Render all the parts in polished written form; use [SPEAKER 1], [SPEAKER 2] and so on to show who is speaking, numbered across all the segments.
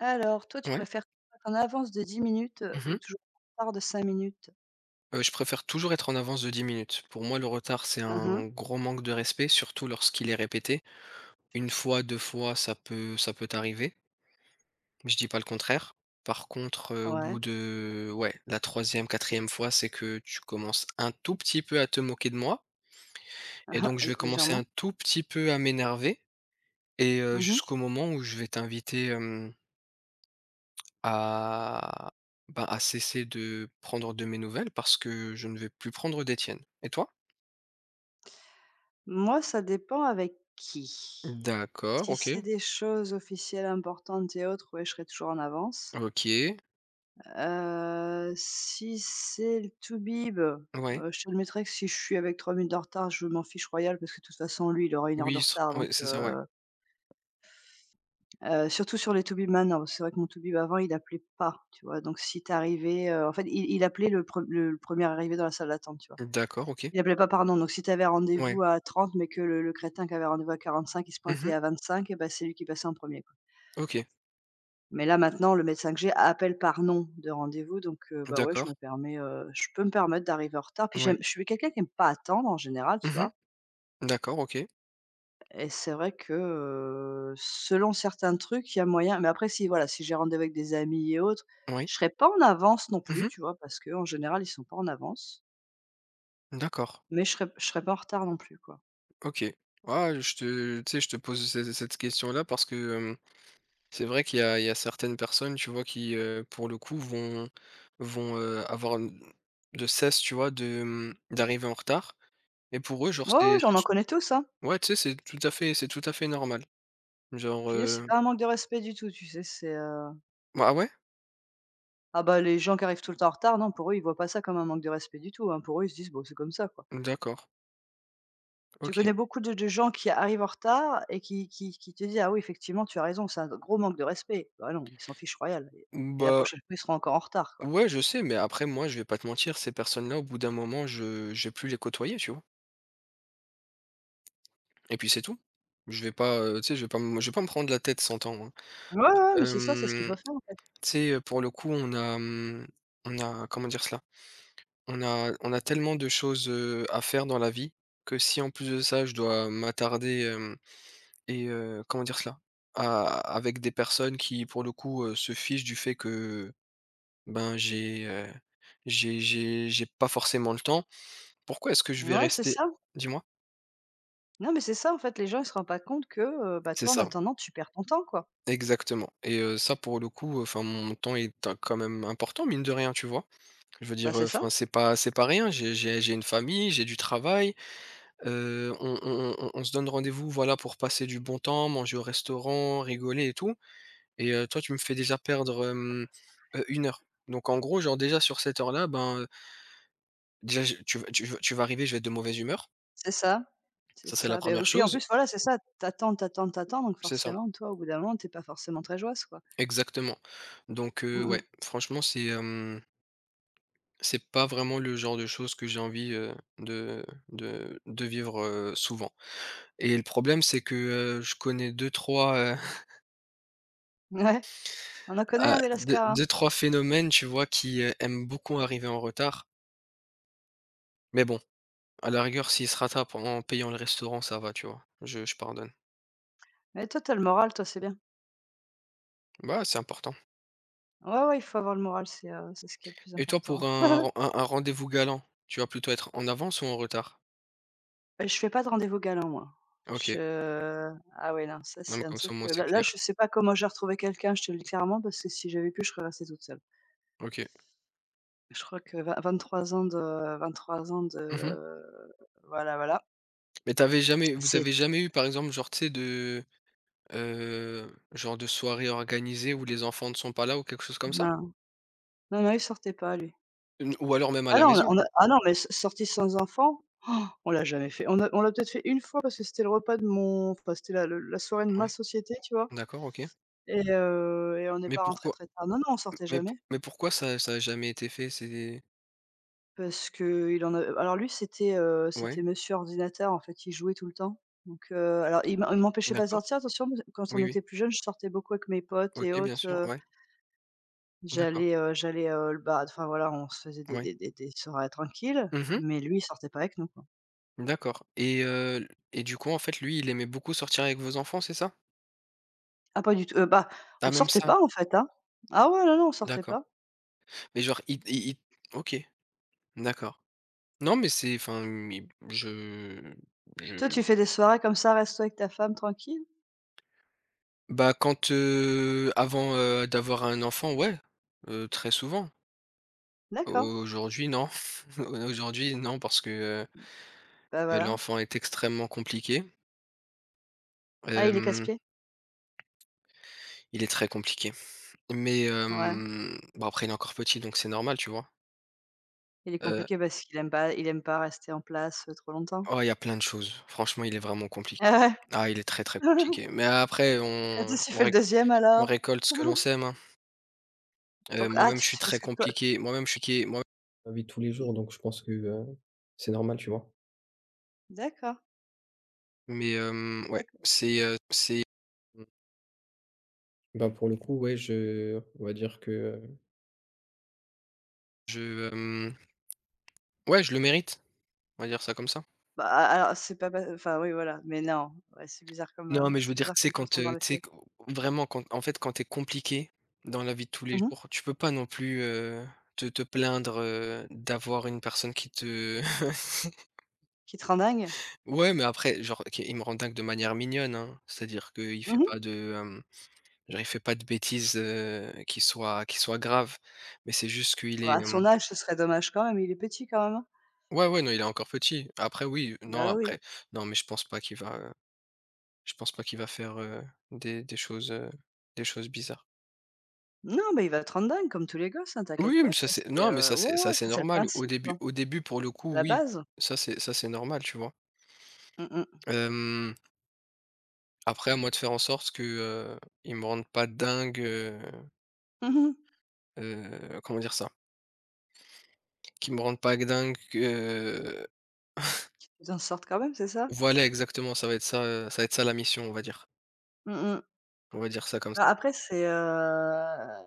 [SPEAKER 1] Alors, toi, tu
[SPEAKER 2] Ouais.
[SPEAKER 1] préfères en avance de 10 minutes,
[SPEAKER 2] Mmh
[SPEAKER 1] ou
[SPEAKER 2] mh.
[SPEAKER 1] toujours en retard de 5 minutes?
[SPEAKER 2] Je préfère toujours être en avance de 10 minutes. Pour moi, le retard, c'est
[SPEAKER 1] Mmh.
[SPEAKER 2] un gros manque de respect, surtout lorsqu'il est répété. Une fois, 2 fois, ça peut t'arriver, je dis pas le contraire. Par contre, au
[SPEAKER 1] Ouais,
[SPEAKER 2] bout de ouais, la troisième, quatrième fois, c'est que tu commences un tout petit peu à te moquer de moi et donc je vais commencer
[SPEAKER 1] légèrement.
[SPEAKER 2] un tout petit peu à m'énerver et
[SPEAKER 1] Mmh.
[SPEAKER 2] jusqu'au moment où je vais t'inviter, à à cesser de prendre de mes nouvelles parce que je ne vais plus prendre des tiennes et toi?
[SPEAKER 1] Moi, ça dépend avec qui.
[SPEAKER 2] D'accord,
[SPEAKER 1] Si c'est
[SPEAKER 2] OK.
[SPEAKER 1] des choses officielles importantes et autres, ouais, je serai toujours en avance.
[SPEAKER 2] OK,
[SPEAKER 1] Si c'est le to be, bah,
[SPEAKER 2] ouais.
[SPEAKER 1] je t'admettrai que si je suis avec 3 minutes de retard, je m'en fiche royal parce que de toute façon, lui, il aura une heure de
[SPEAKER 2] Oui, s
[SPEAKER 1] retard
[SPEAKER 2] ouais,
[SPEAKER 1] donc...
[SPEAKER 2] c'est ça, ouais.
[SPEAKER 1] Surtout sur les Toubib maintenant, c'est vrai que mon Toubib avant il appelait pas, tu vois? Donc si tu arrivais, en fait il appelait le 1er arrivé dans la salle d'attente, tu vois?
[SPEAKER 2] D'accord, OK.
[SPEAKER 1] Il appelait pas par nom, donc si t'avais
[SPEAKER 2] Ouais.
[SPEAKER 1] rendez-vous à 30, mais que le crétin qui avait rendez-vous à 45, il se pointait
[SPEAKER 2] Mmh,
[SPEAKER 1] à 25, et ben c'est lui qui passait en premier, quoi.
[SPEAKER 2] OK.
[SPEAKER 1] Mais là maintenant le médecin que j'ai appelle par nom de rendez-vous donc bah, ouais je me
[SPEAKER 2] D'accord,
[SPEAKER 1] permets, je peux me permettre d'arriver en retard. Puis
[SPEAKER 2] ouais.
[SPEAKER 1] j'aime je suis quelqu'un qui aime pas attendre en général, tu
[SPEAKER 2] Mmh,
[SPEAKER 1] vois?
[SPEAKER 2] d'accord, OK.
[SPEAKER 1] Et c'est vrai que, selon certains trucs, il y a moyen mais après si voilà, si j'ai rendez-vous avec des amis et autres,
[SPEAKER 2] Oui.
[SPEAKER 1] je serai pas en avance non plus,
[SPEAKER 2] Mmh,
[SPEAKER 1] tu vois? Parce que en général, ils sont pas en avance,
[SPEAKER 2] d'accord,
[SPEAKER 1] mais je serai pas en retard non plus, quoi.
[SPEAKER 2] OK. Ah, je te tu sais, je te pose ce cette question-là parce que, c'est vrai qu'il y a certaines personnes, tu vois, qui, pour le coup, vont, avoir n de cesse, tu vois, de, d'arriver en retard et pour eux, genre,
[SPEAKER 1] Ouais, ouais, j'en
[SPEAKER 2] c'est
[SPEAKER 1] en
[SPEAKER 2] t
[SPEAKER 1] connais tous, hein.
[SPEAKER 2] ouais, tu sais, c'est tout à fait normal. Genre,
[SPEAKER 1] Puis eux, c'est pas un manque de respect du tout, tu sais?
[SPEAKER 2] ah ouais?
[SPEAKER 1] Ah bah, les gens qui arrivent tout le temps en retard, non, pour eux, ils voient pas ça comme un manque de respect du tout, hein. Pour eux, ils se disent: «Bon, c'est comme ça, quoi».
[SPEAKER 2] D'accord.
[SPEAKER 1] Tu
[SPEAKER 2] OK.
[SPEAKER 1] connais beaucoup de gens qui arrivent en retard et qui te disent: «Ah oui, effectivement, tu as raison, c'est un gros manque de respect». Bah non, ils s'en fichent royal et la
[SPEAKER 2] Bah,
[SPEAKER 1] prochaine fois, ils seront encore en retard, quoi.
[SPEAKER 2] ouais, je sais, mais après moi, je vais pas te mentir, ces personnes-là, au bout d'un moment, je j'ai plus les côtoyer, tu vois? Et puis c'est tout. Je vais pas, tu sais, je vais pas me prendre la tête 100 ans, hein.
[SPEAKER 1] Ouais, ouais, ouais, mais c'est ça, c'est ce qu'il
[SPEAKER 2] Hem,
[SPEAKER 1] faut faire, en fait.
[SPEAKER 2] tu sais, pour le coup, on a, comment dire cela? On a tellement de choses, à faire dans la vie que si en plus de ça, je dois m'attarder, hem et comment dire cela? À avec des personnes qui, pour le coup, se fichent du fait que, j'ai, j'ai pas forcément le temps. Pourquoi est-ce que je vais
[SPEAKER 1] Ouais, c'est
[SPEAKER 2] rester,
[SPEAKER 1] ça.
[SPEAKER 2] dis-moi?
[SPEAKER 1] Non, mais c'est ça, en fait, les gens, ils se rendent pas compte que, bah,
[SPEAKER 2] C'est
[SPEAKER 1] toi, en
[SPEAKER 2] ça,
[SPEAKER 1] attendant, tu perds ton temps, quoi.
[SPEAKER 2] exactement et ça pour le coup, enfin mon temps est un quand même important mine de rien, tu vois? Je veux
[SPEAKER 1] Bah,
[SPEAKER 2] dire,
[SPEAKER 1] c'est ça,
[SPEAKER 2] enfin c'est pas rien, j'ai une famille, j'ai du travail, on se donne rendez-vous voilà pour passer du bon temps, manger au restaurant, rigoler et tout et toi tu me fais déjà perdre, 1 heure. Donc en gros, genre déjà sur cette heure-là, ben, déjà je tu vas arriver, je vais être de mauvaise humeur,
[SPEAKER 1] c'est ça, c'est
[SPEAKER 2] ça c'est la
[SPEAKER 1] ça. Beh,
[SPEAKER 2] première
[SPEAKER 1] et puis, en
[SPEAKER 2] chose.
[SPEAKER 1] plus, voilà, c'est ça, t'attends t'attends t'attends donc
[SPEAKER 2] C'est ça.
[SPEAKER 1] forcément, toi, au bout d'un moment, t'es pas forcément très joyeuse, quoi.
[SPEAKER 2] Exactement. Donc
[SPEAKER 1] Mmh mh.
[SPEAKER 2] ouais, franchement, c'est, c'est pas vraiment le genre de choses que j'ai envie, de vivre, souvent et le problème, c'est que, je connais deux trois
[SPEAKER 1] Ouais, on en connaît,
[SPEAKER 2] ah,
[SPEAKER 1] hein, des lascars, hein.
[SPEAKER 2] deux-trois phénomènes, tu vois, qui, aiment beaucoup arriver en retard. Mais bon, à la rigueur, s'ils se rattrapent en payant le restaurant, ça va, tu vois? Je pardonne.
[SPEAKER 1] Mais toi, tu le moral, toi, c'est bien.
[SPEAKER 2] Bah, c'est important
[SPEAKER 1] Ouais, ouais, il faut avoir le moral, c'est ce qui est le plus
[SPEAKER 2] et toi, pour
[SPEAKER 1] important.
[SPEAKER 2] un ren un rendez-vous galant, tu vas plutôt être en avance ou en retard?
[SPEAKER 1] Je fais pas de rendez-vous galant moi.
[SPEAKER 2] OK.
[SPEAKER 1] Je Ah ouais, non, ça,
[SPEAKER 2] Non, mais
[SPEAKER 1] c'est un
[SPEAKER 2] comme ça,
[SPEAKER 1] truc,
[SPEAKER 2] au moins, c'est
[SPEAKER 1] là, je
[SPEAKER 2] clair.
[SPEAKER 1] sais pas comment j'ai retrouvé quelqu'un, je te le dis clairement, parce que si j'avais pu, je serais restée toute seule.
[SPEAKER 2] OK.
[SPEAKER 1] Je crois que vingt trois ans de vingt trois ans
[SPEAKER 2] Mmh.
[SPEAKER 1] de voilà, voilà,
[SPEAKER 2] Mais t'avais jamais vous
[SPEAKER 1] c'est
[SPEAKER 2] avez jamais eu, par exemple, genre, tu sais, de, genre de soirée organisée où les enfants ne sont pas là ou quelque chose comme ça?
[SPEAKER 1] non, non, non, il sortait pas, lui.
[SPEAKER 2] N ou alors même à
[SPEAKER 1] Ah
[SPEAKER 2] la
[SPEAKER 1] non,
[SPEAKER 2] maison?
[SPEAKER 1] ah non, mais s sortie sans enfant, oh, on l'a jamais fait. On l'a peut-être fait une fois parce que c'était le repas de mon enfin, c'était la soirée de ma
[SPEAKER 2] Oui,
[SPEAKER 1] société, tu vois?
[SPEAKER 2] d'accord, OK.
[SPEAKER 1] Et on n'est
[SPEAKER 2] Mais
[SPEAKER 1] pas rentré
[SPEAKER 2] pourquoi
[SPEAKER 1] très tard. Non, non, on sortait
[SPEAKER 2] mais pour
[SPEAKER 1] jamais
[SPEAKER 2] mais pourquoi ça a jamais été fait? C'est
[SPEAKER 1] parce qu'il en a alors lui, c'était, heu,
[SPEAKER 2] Ouais,
[SPEAKER 1] c'était monsieur ordinateur, en fait, il jouait tout le temps. Donc alors il m'empêchait pas de
[SPEAKER 2] d'accord.
[SPEAKER 1] sortir, attention, parce que quand on
[SPEAKER 2] Oui, oui.
[SPEAKER 1] était plus jeunes, je sortais beaucoup avec mes potes et
[SPEAKER 2] OK, bien
[SPEAKER 1] autres,
[SPEAKER 2] sûr, ouais, d'accord,
[SPEAKER 1] j'allais le bar enfin voilà, on se faisait des
[SPEAKER 2] ouais.
[SPEAKER 1] des des des soirées tranquilles,
[SPEAKER 2] Mmh,
[SPEAKER 1] mais lui, il sortait pas avec nous, quoi.
[SPEAKER 2] d'accord et du coup, en fait, lui, il aimait beaucoup sortir avec vos enfants, c'est ça?
[SPEAKER 1] Ah pas du tout, bah, on
[SPEAKER 2] Ah, même
[SPEAKER 1] sortait
[SPEAKER 2] ça?
[SPEAKER 1] pas, en fait, hein. Ah ouais, non, non, on sortait
[SPEAKER 2] D'accord.
[SPEAKER 1] pas.
[SPEAKER 2] Mais genre, il OK, d'accord. Non, mais c'est enfin, mmh, il je
[SPEAKER 1] Toi, tu fais des soirées comme ça, resto avec ta femme, tranquille?
[SPEAKER 2] Bah, quand, avant, d'avoir un enfant, ouais, très souvent.
[SPEAKER 1] D'accord,
[SPEAKER 2] Aujourd'hui, non. Aujourd'hui, non, parce que,
[SPEAKER 1] bah, voilà.
[SPEAKER 2] l'enfant est extrêmement compliqué.
[SPEAKER 1] Ah, il est
[SPEAKER 2] Hem,
[SPEAKER 1] casse-pieds?
[SPEAKER 2] il est très compliqué. Mais,
[SPEAKER 1] Ouais.
[SPEAKER 2] bon, après, il est encore petit, donc c'est normal, tu vois?
[SPEAKER 1] Il est
[SPEAKER 2] Heu,
[SPEAKER 1] compliqué parce qu'il aime pas rester en place, trop longtemps.
[SPEAKER 2] oh, il y a plein de choses. Franchement, il est vraiment compliqué.
[SPEAKER 1] Ah
[SPEAKER 2] Ah, il est très, très
[SPEAKER 1] ouais?
[SPEAKER 2] compliqué. Mais après,
[SPEAKER 1] Quand est-ce tu fais le deuxième
[SPEAKER 2] on
[SPEAKER 1] alors?
[SPEAKER 2] récolte ce que l'on sème, hein. Heu,
[SPEAKER 1] Donc ah
[SPEAKER 2] moi-même,
[SPEAKER 1] tu
[SPEAKER 2] je
[SPEAKER 1] sais
[SPEAKER 2] suis
[SPEAKER 1] parce
[SPEAKER 2] très
[SPEAKER 1] que toi
[SPEAKER 2] compliqué. Moi-même, je suis qui moi ma vie de tous les jours, donc je pense que, c'est normal, tu vois?
[SPEAKER 1] d'accord,
[SPEAKER 2] Mais ouais,
[SPEAKER 1] d'accord.
[SPEAKER 2] c'est mmh Bah, pour le coup, ouais, je on va dire que, heu Je, hem, ouais, je le mérite, on va dire ça comme ça.
[SPEAKER 1] Bah, a alors c'est pas pa enfin oui voilà, mais non, ouais c'est bizarre comme,
[SPEAKER 2] Non,
[SPEAKER 1] heu,
[SPEAKER 2] mais je veux
[SPEAKER 1] c'est
[SPEAKER 2] dire,
[SPEAKER 1] bizarre
[SPEAKER 2] tu sais,
[SPEAKER 1] comme façon
[SPEAKER 2] quand,
[SPEAKER 1] de voir les
[SPEAKER 2] tu sais,
[SPEAKER 1] choses.
[SPEAKER 2] q vraiment quand en fait, quand t'es compliqué dans la vie de tous les
[SPEAKER 1] Mmh.
[SPEAKER 2] jours, tu peux pas non plus, te plaindre, d'avoir une personne qui te
[SPEAKER 1] Qui te rend dingue?
[SPEAKER 2] ouais, mais après, genre, OK, il me rend dingue de manière mignonne, hein. C'est-à-dire qu'il fait
[SPEAKER 1] Mmh.
[SPEAKER 2] pas de, genre, il fait pas de bêtises, qui soient graves, mais c'est juste qu'il
[SPEAKER 1] Bah,
[SPEAKER 2] est.
[SPEAKER 1] à son âge, ce serait dommage quand même, il est petit quand même, hein?
[SPEAKER 2] Ouais, ouais, non, il est encore petit. Après, oui, non,
[SPEAKER 1] Bah oui.
[SPEAKER 2] après, non, mais je pense pas qu'il va faire, des des choses, heu, des choses bizarres.
[SPEAKER 1] Non, mais il va te rendre dingue comme tous les gosses, hein, t'inquiète
[SPEAKER 2] Oui,
[SPEAKER 1] pas,
[SPEAKER 2] mais ça
[SPEAKER 1] ça
[SPEAKER 2] c'est
[SPEAKER 1] c'est,
[SPEAKER 2] non, mais ça c'est
[SPEAKER 1] ouais,
[SPEAKER 2] ça
[SPEAKER 1] ouais,
[SPEAKER 2] c'est
[SPEAKER 1] ça c'est le
[SPEAKER 2] normal. Au
[SPEAKER 1] principe,
[SPEAKER 2] début
[SPEAKER 1] quoi,
[SPEAKER 2] pour le coup,
[SPEAKER 1] la
[SPEAKER 2] oui,
[SPEAKER 1] base.
[SPEAKER 2] ça c'est normal, tu vois?
[SPEAKER 1] Mmh mh.
[SPEAKER 2] Hem, après, à moi de faire en sorte que, ils me rendent pas dingue,
[SPEAKER 1] Mmh mh.
[SPEAKER 2] comment dire ça? Qu'ils me rendent pas dingue, que
[SPEAKER 1] En sortent quand même, c'est ça?
[SPEAKER 2] voilà, exactement, ça va être ça, ça va être ça la mission, on va dire.
[SPEAKER 1] Mmh mh.
[SPEAKER 2] On va dire ça comme
[SPEAKER 1] Bah,
[SPEAKER 2] ça.
[SPEAKER 1] après c'est, heu,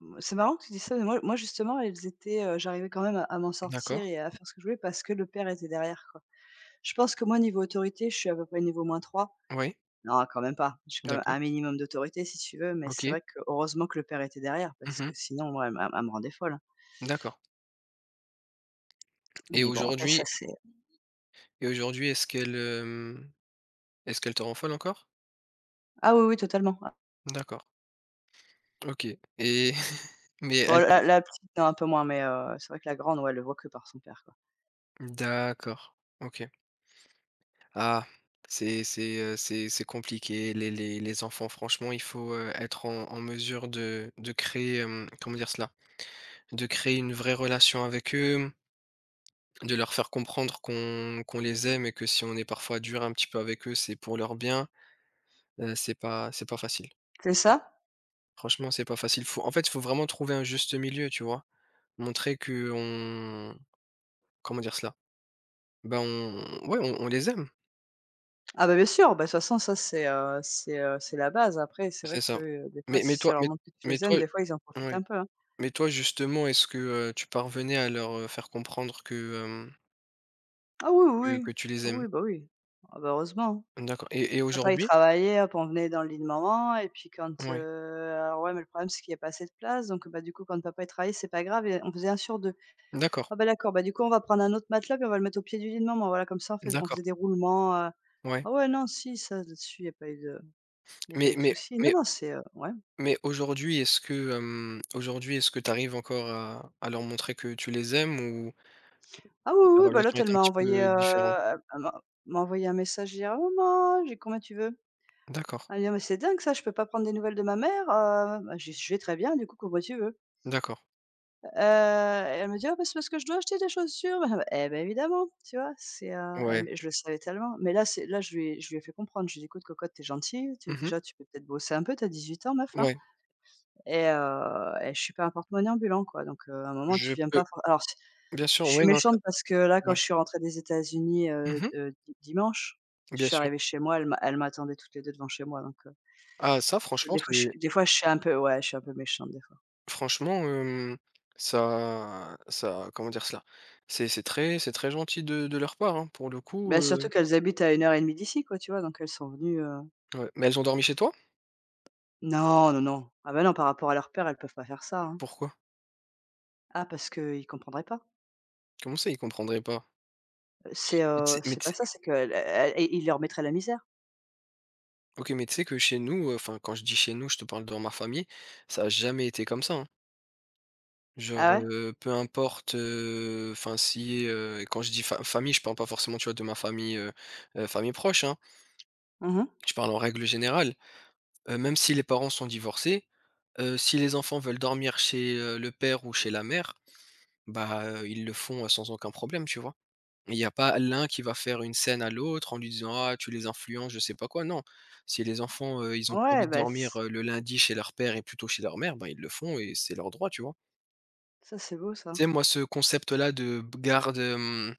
[SPEAKER 1] mmh, c'est marrant que tu dises ça, mais moi justement j'arrivais quand même à m'en sortir
[SPEAKER 2] D'accord.
[SPEAKER 1] et à faire ce que je voulais parce que le père était derrière, quoi. Je pense que moi niveau autorité, je suis à peu près niveau moins trois.
[SPEAKER 2] Oui,
[SPEAKER 1] Non, quand même pas. J'ai quand même
[SPEAKER 2] d'accord.
[SPEAKER 1] un minimum d'autorité si tu veux, mais c'est
[SPEAKER 2] OK.
[SPEAKER 1] vrai que heureusement que le père était derrière parce
[SPEAKER 2] Mmh,
[SPEAKER 1] que sinon moi elle me rendait folle, hein.
[SPEAKER 2] d'accord. Et
[SPEAKER 1] Mais bon après ça
[SPEAKER 2] aujourd'hui
[SPEAKER 1] c'est
[SPEAKER 2] et aujourd'hui, est-ce qu'elle, est-ce qu'elle te rend folle encore?
[SPEAKER 1] ah oui, oui totalement. Ah
[SPEAKER 2] D'accord, OK et mais
[SPEAKER 1] bon
[SPEAKER 2] elle
[SPEAKER 1] la petite, non, un peu moins, mais c'est vrai que la grande, ouais, elle le voit que par son père, quoi.
[SPEAKER 2] d'accord, OK. Ah, c'est c'est compliqué. Les enfants, franchement, il faut, être en mesure de créer, comment dire cela? De créer une vraie relation avec eux, de leur faire comprendre qu'on les aime et que si on est parfois dur un petit peu avec eux, c'est pour leur bien. C'est pas facile.
[SPEAKER 1] C'est ça?
[SPEAKER 2] Franchement, c'est pas facile. Faut en fait, il faut vraiment trouver un juste milieu, tu vois? Montrer que on, comment dire cela? Ben, on ouais, on les aime,
[SPEAKER 1] Ah bah, bien sûr, bah, de toute façon ça c'est la base. Après c'est vrai
[SPEAKER 2] c'est
[SPEAKER 1] que,
[SPEAKER 2] ça.
[SPEAKER 1] des fois
[SPEAKER 2] Mais mais
[SPEAKER 1] si on
[SPEAKER 2] toi
[SPEAKER 1] leur
[SPEAKER 2] mais
[SPEAKER 1] montre que tu
[SPEAKER 2] mais
[SPEAKER 1] les aimes,
[SPEAKER 2] toi
[SPEAKER 1] des fois ils en profitent
[SPEAKER 2] ouais
[SPEAKER 1] un peu, hein.
[SPEAKER 2] mais toi justement, est-ce que, tu parvenais à leur, faire comprendre que,
[SPEAKER 1] Ah oui, oui,
[SPEAKER 2] que tu les
[SPEAKER 1] ah
[SPEAKER 2] aimes?
[SPEAKER 1] oui, bah, oui. Ah bah, heureusement.
[SPEAKER 2] D'accord et
[SPEAKER 1] Papa il
[SPEAKER 2] aujourd'hui?
[SPEAKER 1] travaillait, hop, on venait dans le lit de maman et puis quand,
[SPEAKER 2] Ouais,
[SPEAKER 1] alors ouais, mais le problème c'est qu'il y a pas assez de place donc bah, du coup quand papa il travaillait, c'est pas grave et on faisait un sur 2.
[SPEAKER 2] d'accord,
[SPEAKER 1] Ah bah, d'accord, bah, du coup on va prendre un autre matelas puis on va le mettre au pied du lit de maman. Voilà comme ça on fais on
[SPEAKER 2] d'accord,
[SPEAKER 1] faisait des roulements. Heu
[SPEAKER 2] ouais.
[SPEAKER 1] ah ouais, non si, ça là-dessus il y a pas eu de il y a pas
[SPEAKER 2] Mais
[SPEAKER 1] eu de
[SPEAKER 2] mais
[SPEAKER 1] souci. Non,
[SPEAKER 2] mais
[SPEAKER 1] non, ouais.
[SPEAKER 2] mais aujourd'hui, est-ce que, aujourd'hui, est-ce que tu arrives encore à leur montrer que tu les aimes ou
[SPEAKER 1] Ah oui, oui,
[SPEAKER 2] la
[SPEAKER 1] oui, bah,
[SPEAKER 2] relation
[SPEAKER 1] l'autre, elle
[SPEAKER 2] est un
[SPEAKER 1] m'a
[SPEAKER 2] petit
[SPEAKER 1] envoyé,
[SPEAKER 2] peu différente?
[SPEAKER 1] elle m'a envoyé un message hier: «Maman, j'ai combien tu veux?»
[SPEAKER 2] D'accord,
[SPEAKER 1] Elle me dit: «Ah, Mais c'est dingue ça, je peux pas prendre des nouvelles de ma mère,» Bah, «Je vais très bien, du coup, combien tu veux?»
[SPEAKER 2] d'accord,
[SPEAKER 1] Elle me dit: «Ah, bah, c'est parce que je dois acheter des chaussures». Bah, eh ben évidemment, tu vois? C'est, eh
[SPEAKER 2] ouais.
[SPEAKER 1] Mais je le savais tellement. Mais là, c'est là, je lui ai fait comprendre. Je lui ai dit: «Écoute cocotte, t'es es gentille,
[SPEAKER 2] Mmh.
[SPEAKER 1] tu peux peut-être bosser un peu, t'as 18 ans meuf, hein».
[SPEAKER 2] Ouais,
[SPEAKER 1] Et je suis pas un porte-monnaie ambulant, quoi, donc à un moment, tu
[SPEAKER 2] je
[SPEAKER 1] viens
[SPEAKER 2] peux
[SPEAKER 1] pas for alors c
[SPEAKER 2] bien sûr,
[SPEAKER 1] je
[SPEAKER 2] ouais,
[SPEAKER 1] suis
[SPEAKER 2] non.
[SPEAKER 1] méchante parce que là, quand
[SPEAKER 2] Ouais.
[SPEAKER 1] je suis rentrée des États-Unis,
[SPEAKER 2] Mmh.
[SPEAKER 1] di dimanche, je
[SPEAKER 2] Bien
[SPEAKER 1] suis
[SPEAKER 2] sûr.
[SPEAKER 1] arrivée chez moi, elles m'attendaient toutes les 2 devant chez moi, donc
[SPEAKER 2] Ah ça, franchement, c'est
[SPEAKER 1] des fois, je suis un peu ouais, je suis un peu méchante, des fois.
[SPEAKER 2] franchement, ça comment dire cela? C'est très gentil de leur part, hein, pour le
[SPEAKER 1] Mais
[SPEAKER 2] coup,
[SPEAKER 1] surtout qu'elles habitent à une heure et demie d'ici, quoi, tu vois? Donc elles sont venues,
[SPEAKER 2] ouais. Mais elles ont dormi chez toi?
[SPEAKER 1] non, non, non. Ah ben non, par rapport à leur père, elles peuvent pas faire ça, hein.
[SPEAKER 2] Pourquoi?
[SPEAKER 1] Ah, parce qu'ils comprendraient pas.
[SPEAKER 2] Comment ça ils comprendraient pas?
[SPEAKER 1] C'est, heu,
[SPEAKER 2] Mais
[SPEAKER 1] c'est
[SPEAKER 2] tu
[SPEAKER 1] pas
[SPEAKER 2] sais
[SPEAKER 1] ça, c'est que elles il leur mettrait la misère.
[SPEAKER 2] OK, mais tu sais que chez nous, enfin quand je dis chez nous, je te parle dans ma famille, ça a jamais été comme ça, hein. Genre,
[SPEAKER 1] Ah ouais?
[SPEAKER 2] peu importe, enfin si, et quand je dis fa famille, je parle pas forcément, tu vois, de ma famille, famille proche, hein.
[SPEAKER 1] Mmh.
[SPEAKER 2] Je parle en règle générale. Même si les parents sont divorcés, si les enfants veulent dormir chez, le père ou chez la mère, bah, ils le font, sans aucun problème, tu vois? Il n'y a pas l'un qui va faire une scène à l'autre en lui disant: «Ah, tu les influences», je sais pas quoi, non. Si les enfants, ils ont pas
[SPEAKER 1] Ouais,
[SPEAKER 2] envie de
[SPEAKER 1] bah,
[SPEAKER 2] dormir,
[SPEAKER 1] c
[SPEAKER 2] le lundi chez leur père et plutôt chez leur mère, bah, ils le font et c'est leur droit, tu vois?
[SPEAKER 1] ça, c'est beau ça.
[SPEAKER 2] Tu sais, moi, ce concept-là de b garde,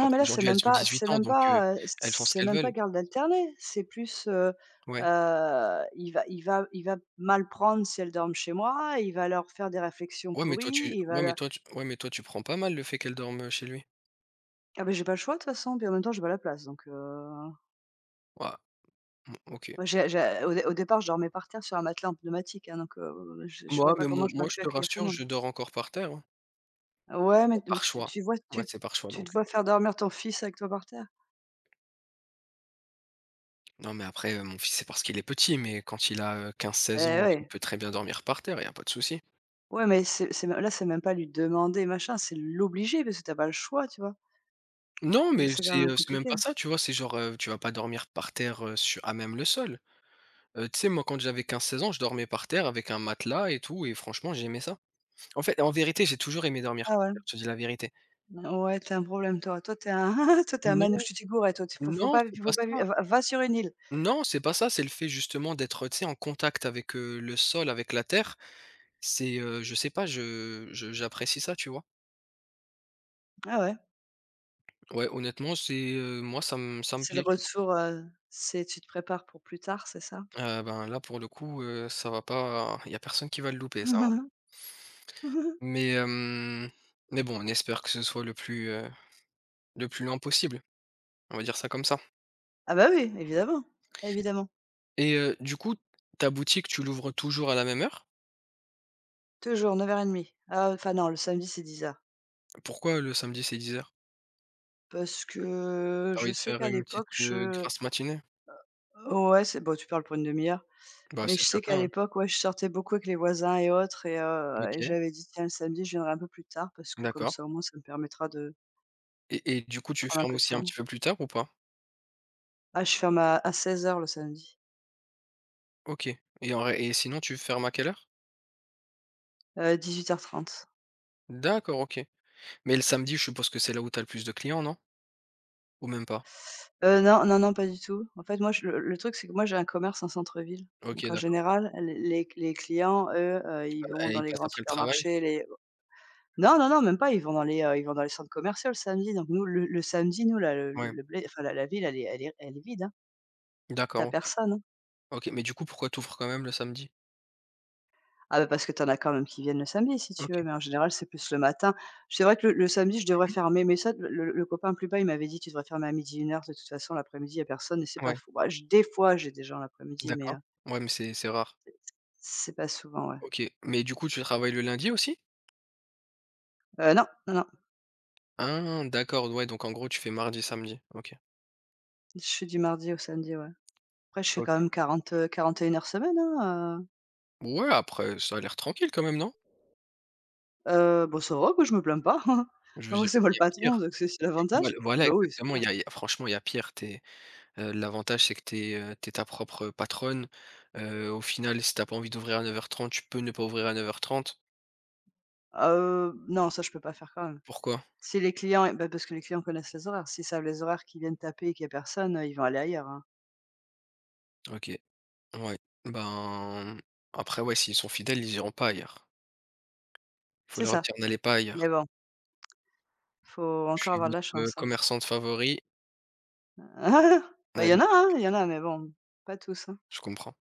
[SPEAKER 2] bah,
[SPEAKER 1] mais là, c'est
[SPEAKER 2] aujourd'hui, elles
[SPEAKER 1] même
[SPEAKER 2] ont
[SPEAKER 1] pas c'est
[SPEAKER 2] 18 ans,
[SPEAKER 1] même
[SPEAKER 2] donc
[SPEAKER 1] pas,
[SPEAKER 2] elles font ce
[SPEAKER 1] c'est
[SPEAKER 2] qu'elles
[SPEAKER 1] même pas
[SPEAKER 2] veulent.
[SPEAKER 1] garde alternée. C'est plus,
[SPEAKER 2] Ouais.
[SPEAKER 1] il va mal prendre si elles dorment chez moi, il va leur faire des réflexions
[SPEAKER 2] Ouais, mais toi,
[SPEAKER 1] pourries,
[SPEAKER 2] tu
[SPEAKER 1] il va
[SPEAKER 2] ouais,
[SPEAKER 1] leur
[SPEAKER 2] mais toi, tu prends pas mal le fait qu'elles dorment, chez lui?
[SPEAKER 1] ah, ben j'ai pas le choix de toute façon, puis en même temps, j'ai pas la place donc,
[SPEAKER 2] Ouais. Mmh, OK.
[SPEAKER 1] moi j'ai au dé au départ, je dormais par terre sur un matelas en pneumatique, hein, donc, je vois
[SPEAKER 2] Moi
[SPEAKER 1] pas
[SPEAKER 2] mais
[SPEAKER 1] comment
[SPEAKER 2] mon
[SPEAKER 1] j'aurais
[SPEAKER 2] moi je
[SPEAKER 1] pu
[SPEAKER 2] te
[SPEAKER 1] accueillir tout le
[SPEAKER 2] rassure,
[SPEAKER 1] monde.
[SPEAKER 2] je dors encore par terre, hein.
[SPEAKER 1] Ouais, mais tu
[SPEAKER 2] Par
[SPEAKER 1] tu
[SPEAKER 2] choix.
[SPEAKER 1] tu vois,
[SPEAKER 2] Moi,
[SPEAKER 1] tu
[SPEAKER 2] c'est par choix
[SPEAKER 1] tu te
[SPEAKER 2] donc.
[SPEAKER 1] vois faire dormir ton fils avec toi par terre?
[SPEAKER 2] Non mais après, mon fils, c'est parce qu'il est petit, mais quand il a, 15-16
[SPEAKER 1] Eh
[SPEAKER 2] ans, il
[SPEAKER 1] ouais.
[SPEAKER 2] peut très bien dormir par terre, il y a pas de souci.
[SPEAKER 1] Ouais, mais là, c'est même pas lui demander machin, c'est l'obliger parce que t'as pas le choix, tu vois?
[SPEAKER 2] Non,
[SPEAKER 1] Donc
[SPEAKER 2] mais
[SPEAKER 1] c'est quand
[SPEAKER 2] c'est,
[SPEAKER 1] même
[SPEAKER 2] heu, c'est même
[SPEAKER 1] compliqué.
[SPEAKER 2] pas ça, tu vois? C'est genre, tu vas pas dormir par terre, su à même le sol. Tu sais, moi, quand j'avais 15-16 ans, je dormais par terre avec un matelas et tout et franchement, j'aimais ça. En fait, en vérité, j'ai toujours aimé dormir
[SPEAKER 1] Ah
[SPEAKER 2] par
[SPEAKER 1] ouais?
[SPEAKER 2] terre, je te dis la vérité.
[SPEAKER 1] Ouais, tu un problème toi. Toi, t'es un toi, t'es un Manouche
[SPEAKER 2] Non,
[SPEAKER 1] Tuticoret, toi. Tu faut
[SPEAKER 2] non, c'est
[SPEAKER 1] faut
[SPEAKER 2] pas
[SPEAKER 1] pas vivre-
[SPEAKER 2] ça.
[SPEAKER 1] va va sur une île.
[SPEAKER 2] Non, c'est pas ça, c'est le fait justement d'être, tu sais, en contact avec, le sol, avec la terre. C'est, je sais pas, je j'apprécie ça, tu vois?
[SPEAKER 1] Ah ouais?
[SPEAKER 2] Ouais, honnêtement, c'est, moi, ça me
[SPEAKER 1] C'est le
[SPEAKER 2] plaît, tu vois?
[SPEAKER 1] retour, c'est tu te prépares pour plus tard, c'est ça?
[SPEAKER 2] Ah ben, là, pour le coup, ça va pas, il y a personne qui va le louper, ça, hein. Mais, mais bon, on espère que ce soit le plus lent possible, on va dire ça comme ça.
[SPEAKER 1] Ah bah oui, évidemment, évidemment.
[SPEAKER 2] Et du coup, ta boutique, tu l'ouvres toujours à la même heure?
[SPEAKER 1] Toujours 9:30. Ah enfin non, le samedi, c'est 10 heures
[SPEAKER 2] Pourquoi le samedi, c'est 10 heures,
[SPEAKER 1] parce que
[SPEAKER 2] t'as
[SPEAKER 1] je
[SPEAKER 2] envie de
[SPEAKER 1] sais
[SPEAKER 2] faire
[SPEAKER 1] qu'à
[SPEAKER 2] une
[SPEAKER 1] l'époque,
[SPEAKER 2] petite,
[SPEAKER 1] je
[SPEAKER 2] grasse matinée?
[SPEAKER 1] ouais, c'est bon, tu parles pour une 1/2 heure.
[SPEAKER 2] Bah,
[SPEAKER 1] Mais je
[SPEAKER 2] c'est
[SPEAKER 1] sais
[SPEAKER 2] bien
[SPEAKER 1] qu'à
[SPEAKER 2] ça, hein.
[SPEAKER 1] l'époque, ouais, je sortais beaucoup avec les voisins et autres et
[SPEAKER 2] OK,
[SPEAKER 1] j'avais dit: «Tiens, le samedi, je viendrai un peu plus tard parce que comme
[SPEAKER 2] d'accord.
[SPEAKER 1] ça, au moins, ça me permettra de
[SPEAKER 2] Et du coup, tu
[SPEAKER 1] prendre un
[SPEAKER 2] fermes
[SPEAKER 1] peu de
[SPEAKER 2] aussi un
[SPEAKER 1] temps».
[SPEAKER 2] petit peu plus tard ou pas?
[SPEAKER 1] Ah, je ferme à 16 heures le samedi,
[SPEAKER 2] OK. Et en ré et sinon, tu fermes à quelle heure?
[SPEAKER 1] dix 18:30.
[SPEAKER 2] D'accord, OK. Mais le samedi, je suppose que c'est là où tu as le plus de clients, non? Ou même pas?
[SPEAKER 1] Non, non, non, pas du tout. En fait, moi, je le truc, c'est que moi, j'ai un commerce en centre-ville,
[SPEAKER 2] OK,
[SPEAKER 1] donc en
[SPEAKER 2] d'accord.
[SPEAKER 1] général, les clients, eux, ils
[SPEAKER 2] Bah,
[SPEAKER 1] vont
[SPEAKER 2] et
[SPEAKER 1] dans
[SPEAKER 2] ils
[SPEAKER 1] les
[SPEAKER 2] passent
[SPEAKER 1] grands
[SPEAKER 2] après le travail?
[SPEAKER 1] supermarchés, les non, non, non, même pas, ils vont dans les, ils vont dans les centres commerciaux le samedi, donc nous, le samedi, nous, là,
[SPEAKER 2] Ouais.
[SPEAKER 1] le blé enfin, la ville, elle est vide, hein. Tu
[SPEAKER 2] D'accord, OK.
[SPEAKER 1] personne, hein.
[SPEAKER 2] OK, mais du coup, pourquoi tu ouvres quand même le samedi?
[SPEAKER 1] Ah bah, parce que tu en as quand même qui viennent le samedi si tu
[SPEAKER 2] OK.
[SPEAKER 1] veux, mais en général, c'est plus le matin. C'est vrai que le samedi, je devrais
[SPEAKER 2] Mmh.
[SPEAKER 1] fermer, mais ça, le copain plus bas, il m'avait dit: «Tu devrais fermer à midi, une heure de toute façon, l'après-midi, il y a personne» et c'est pas
[SPEAKER 2] Ouais,
[SPEAKER 1] fou. Bah, je des fois, j'ai des gens l'après-midi, mais
[SPEAKER 2] d'accord. Ouais, mais c'est rare.
[SPEAKER 1] c'est pas souvent, ouais.
[SPEAKER 2] OK. Mais du coup, tu travailles le lundi aussi?
[SPEAKER 1] Non, non, non,
[SPEAKER 2] Ah, d'accord, ouais, donc en gros, tu fais mardi, samedi. OK.
[SPEAKER 1] je suis du mardi au samedi, ouais. Après, je fais quand
[SPEAKER 2] OK.
[SPEAKER 1] même 41 heures semaine, hein,
[SPEAKER 2] Ouais, après, ça a l'air tranquille quand même, non?
[SPEAKER 1] heu, bon, ça va quoi, je me plains pas, hein.
[SPEAKER 2] Je
[SPEAKER 1] Ah
[SPEAKER 2] veux
[SPEAKER 1] moi,
[SPEAKER 2] dire,
[SPEAKER 1] c'est moi le
[SPEAKER 2] il y a
[SPEAKER 1] patron,
[SPEAKER 2] pire.
[SPEAKER 1] donc c'est aussi l'avantage.
[SPEAKER 2] Voilà,
[SPEAKER 1] Bah oui, c'est
[SPEAKER 2] exactement,
[SPEAKER 1] clair.
[SPEAKER 2] il y a franchement, il y a pire. T'es. L'avantage, c'est que tu es, ta propre patronne. Au final, si t'as pas envie d'ouvrir à 9:30, tu peux ne pas ouvrir à 9:30.
[SPEAKER 1] Ah, non, ça, je peux pas faire quand même.
[SPEAKER 2] Pourquoi?
[SPEAKER 1] Si les clients bah, parce que les clients connaissent les horaires. S'ils savent les horaires, qu'ils viennent taper et qu'il y a personne, ils vont aller ailleurs, hein.
[SPEAKER 2] OK, ouais. Ben, après, ouais, s'ils sont fidèles, ils iront pas ailleurs. Il faut
[SPEAKER 1] C'est
[SPEAKER 2] leur
[SPEAKER 1] ça,
[SPEAKER 2] dire: «N'allez pas ailleurs.
[SPEAKER 1] mais bon, faut
[SPEAKER 2] Je
[SPEAKER 1] encore
[SPEAKER 2] suis
[SPEAKER 1] avoir de la
[SPEAKER 2] votre,
[SPEAKER 1] chance, hein.
[SPEAKER 2] commerçante favori,
[SPEAKER 1] Bah, il y en
[SPEAKER 2] n'allez».
[SPEAKER 1] a, hein, il y en a, mais bon, pas tous, hein.
[SPEAKER 2] Je comprends.